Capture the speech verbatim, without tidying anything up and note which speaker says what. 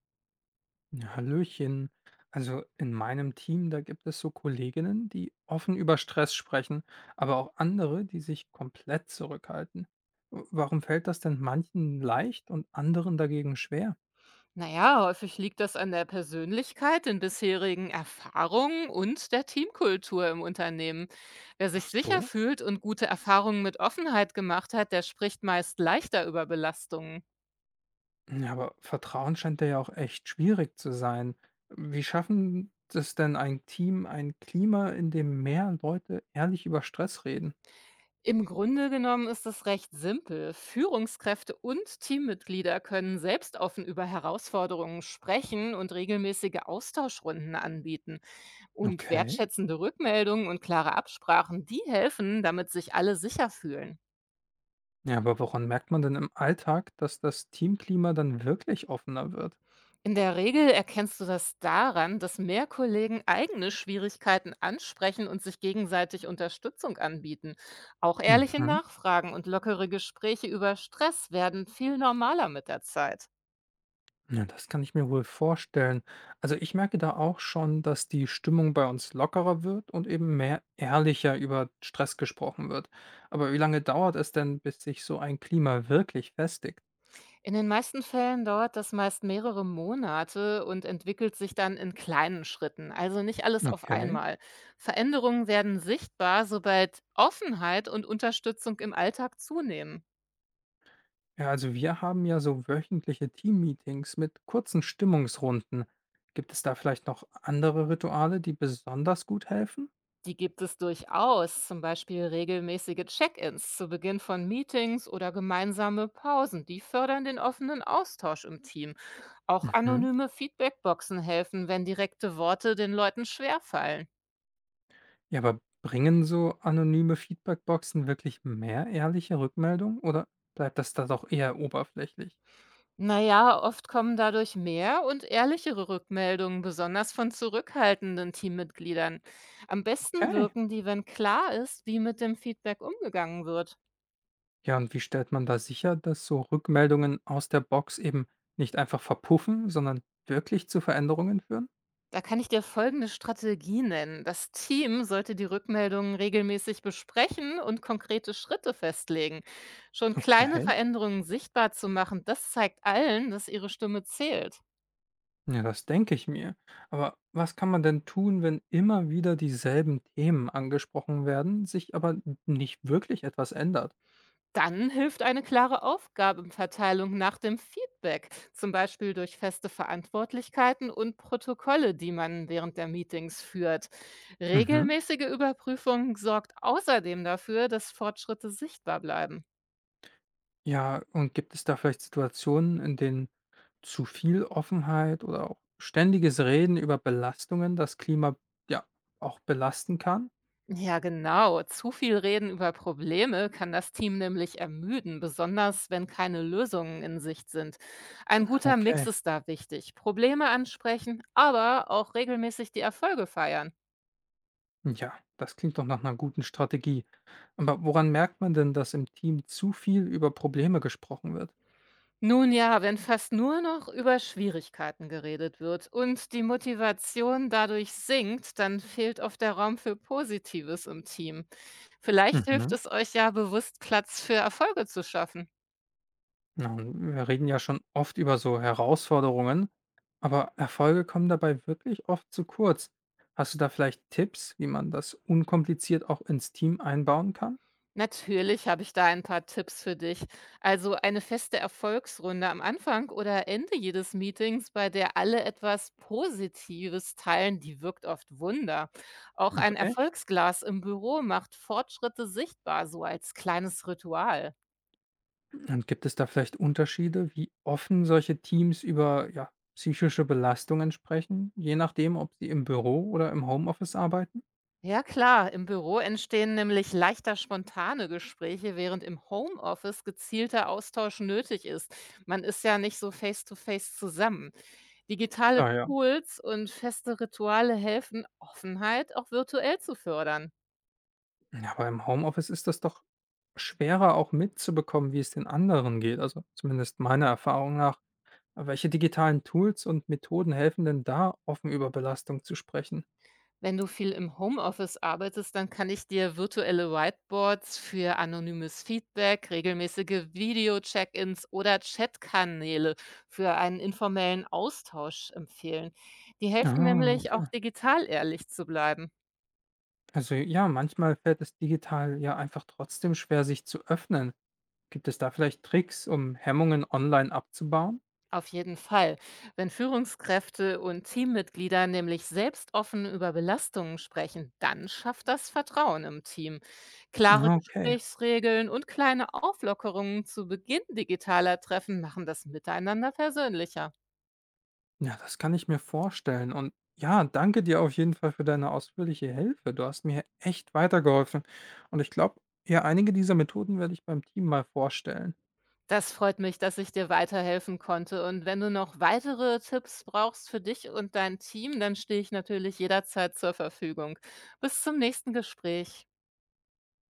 Speaker 1: Ja, Hallöchen. Also in meinem Team, da gibt es so Kolleginnen, die offen über Stress sprechen, aber auch andere, die sich komplett zurückhalten. W- Warum fällt das denn manchen leicht und anderen dagegen schwer?
Speaker 2: Naja, häufig liegt das an der Persönlichkeit, den bisherigen Erfahrungen und der Teamkultur im Unternehmen. Wer sich
Speaker 1: Ach
Speaker 2: sicher
Speaker 1: so.
Speaker 2: fühlt und gute Erfahrungen mit Offenheit gemacht hat, der spricht meist leichter über Belastungen.
Speaker 1: Ja, aber Vertrauen scheint da ja auch echt schwierig zu sein. Wie schaffen es denn ein Team, ein Klima, in dem mehr Leute ehrlich über Stress reden?
Speaker 2: Im Grunde genommen ist es recht simpel. Führungskräfte und Teammitglieder können selbst offen über Herausforderungen sprechen und regelmäßige Austauschrunden anbieten. Und
Speaker 1: Okay.
Speaker 2: wertschätzende Rückmeldungen und klare Absprachen, die helfen, damit sich alle sicher fühlen.
Speaker 1: Ja, aber woran merkt man denn im Alltag, dass das Teamklima dann wirklich offener wird?
Speaker 2: In der Regel erkennst du das daran, dass mehr Kollegen eigene Schwierigkeiten ansprechen und sich gegenseitig Unterstützung anbieten. Auch ehrliche
Speaker 1: Mhm.
Speaker 2: Nachfragen und lockere Gespräche über Stress werden viel normaler mit der Zeit.
Speaker 1: Ja, das kann ich mir wohl vorstellen. Also ich merke da auch schon, dass die Stimmung bei uns lockerer wird und eben mehr ehrlicher über Stress gesprochen wird. Aber wie lange dauert es denn, bis sich so ein Klima wirklich festigt?
Speaker 2: In den meisten Fällen dauert das meist mehrere Monate und entwickelt sich dann in kleinen Schritten, also nicht alles auf
Speaker 1: Okay.
Speaker 2: einmal. Veränderungen werden sichtbar, sobald Offenheit und Unterstützung im Alltag zunehmen.
Speaker 1: Ja, also wir haben ja so wöchentliche Teammeetings mit kurzen Stimmungsrunden. Gibt es da vielleicht noch andere Rituale, die besonders gut helfen?
Speaker 2: Die gibt es durchaus, zum Beispiel regelmäßige Check-ins zu Beginn von Meetings oder gemeinsame Pausen. Die fördern den offenen Austausch im Team. Auch
Speaker 1: Mhm.
Speaker 2: anonyme Feedbackboxen helfen, wenn direkte Worte den Leuten schwerfallen.
Speaker 1: Ja, aber bringen so anonyme Feedbackboxen wirklich mehr ehrliche Rückmeldung oder bleibt das da doch eher oberflächlich?
Speaker 2: Naja, oft kommen dadurch mehr und ehrlichere Rückmeldungen, besonders von zurückhaltenden Teammitgliedern. Am besten
Speaker 1: Okay.
Speaker 2: wirken die, wenn klar ist, wie mit dem Feedback umgegangen wird.
Speaker 1: Ja, und wie stellt man da sicher, dass so Rückmeldungen aus der Box eben nicht einfach verpuffen, sondern wirklich zu Veränderungen führen?
Speaker 2: Da kann ich dir folgende Strategie nennen. Das Team sollte die Rückmeldungen regelmäßig besprechen und konkrete Schritte festlegen. Schon kleine
Speaker 1: Okay.
Speaker 2: Veränderungen sichtbar zu machen, das zeigt allen, dass ihre Stimme zählt.
Speaker 1: Ja, das denke ich mir. Aber was kann man denn tun, wenn immer wieder dieselben Themen angesprochen werden, sich aber nicht wirklich etwas ändert?
Speaker 2: Dann hilft eine klare Aufgabenverteilung nach dem Feedback, zum Beispiel durch feste Verantwortlichkeiten und Protokolle, die man während der Meetings führt.
Speaker 1: Mhm.
Speaker 2: Regelmäßige Überprüfung sorgt außerdem dafür, dass Fortschritte sichtbar bleiben.
Speaker 1: Ja, und gibt es da vielleicht Situationen, in denen zu viel Offenheit oder auch ständiges Reden über Belastungen das Klima ja auch belasten kann?
Speaker 2: Ja, genau. Zu viel Reden über Probleme kann das Team nämlich ermüden, besonders wenn keine Lösungen in Sicht sind. Ein guter Mix
Speaker 1: Okay.
Speaker 2: ist da wichtig. Probleme ansprechen, aber auch regelmäßig die Erfolge feiern.
Speaker 1: Ja, das klingt doch nach einer guten Strategie. Aber woran merkt man denn, dass im Team zu viel über Probleme gesprochen wird?
Speaker 2: Nun ja, wenn fast nur noch über Schwierigkeiten geredet wird und die Motivation dadurch sinkt, dann fehlt oft der Raum für Positives im Team. Vielleicht hilft
Speaker 1: Mhm.
Speaker 2: es euch ja bewusst, Platz für Erfolge zu schaffen.
Speaker 1: Na, und wir reden ja schon oft über so Herausforderungen, aber Erfolge kommen dabei wirklich oft zu kurz. Hast du da vielleicht Tipps, wie man das unkompliziert auch ins Team einbauen kann?
Speaker 2: Natürlich habe ich da ein paar Tipps für dich. Also eine feste Erfolgsrunde am Anfang oder Ende jedes Meetings, bei der alle etwas Positives teilen, die wirkt oft Wunder. Auch
Speaker 1: Ach
Speaker 2: ein
Speaker 1: echt?
Speaker 2: Erfolgsglas im Büro macht Fortschritte sichtbar, so als kleines Ritual.
Speaker 1: Und gibt es da vielleicht Unterschiede, wie offen solche Teams über, ja, psychische Belastungen sprechen, je nachdem, ob sie im Büro oder im Homeoffice arbeiten?
Speaker 2: Ja klar, im Büro entstehen nämlich leichter spontane Gespräche, während im Homeoffice gezielter Austausch nötig ist. Man ist ja nicht so face-to-face zusammen. Digitale
Speaker 1: Klar, ja.
Speaker 2: Tools und feste Rituale helfen, Offenheit auch virtuell zu fördern.
Speaker 1: Ja, aber im Homeoffice ist das doch schwerer auch mitzubekommen, wie es den anderen geht. Also zumindest meiner Erfahrung nach. Welche digitalen Tools und Methoden helfen denn da, offen über Belastung zu sprechen?
Speaker 2: Wenn du viel im Homeoffice arbeitest, dann kann ich dir virtuelle Whiteboards für anonymes Feedback, regelmäßige Video-Check-ins oder Chatkanäle für einen informellen Austausch empfehlen. Die helfen
Speaker 1: Ah,
Speaker 2: nämlich auch
Speaker 1: okay.
Speaker 2: digital ehrlich zu bleiben.
Speaker 1: Also ja, manchmal fällt es digital ja einfach trotzdem schwer, sich zu öffnen. Gibt es da vielleicht Tricks, um Hemmungen online abzubauen?
Speaker 2: Auf jeden Fall. Wenn Führungskräfte und Teammitglieder nämlich selbst offen über Belastungen sprechen, dann schafft das Vertrauen im Team. Klare
Speaker 1: Ah, okay.
Speaker 2: Gesprächsregeln und kleine Auflockerungen zu Beginn digitaler Treffen machen das Miteinander persönlicher.
Speaker 1: Ja, das kann ich mir vorstellen. Und ja, danke dir auf jeden Fall für deine ausführliche Hilfe. Du hast mir echt weitergeholfen. Und ich glaube, ja, einige dieser Methoden werde ich beim Team mal vorstellen.
Speaker 2: Das freut mich, dass ich dir weiterhelfen konnte. Und wenn du noch weitere Tipps brauchst für dich und dein Team, dann stehe ich natürlich jederzeit zur Verfügung. Bis zum nächsten Gespräch.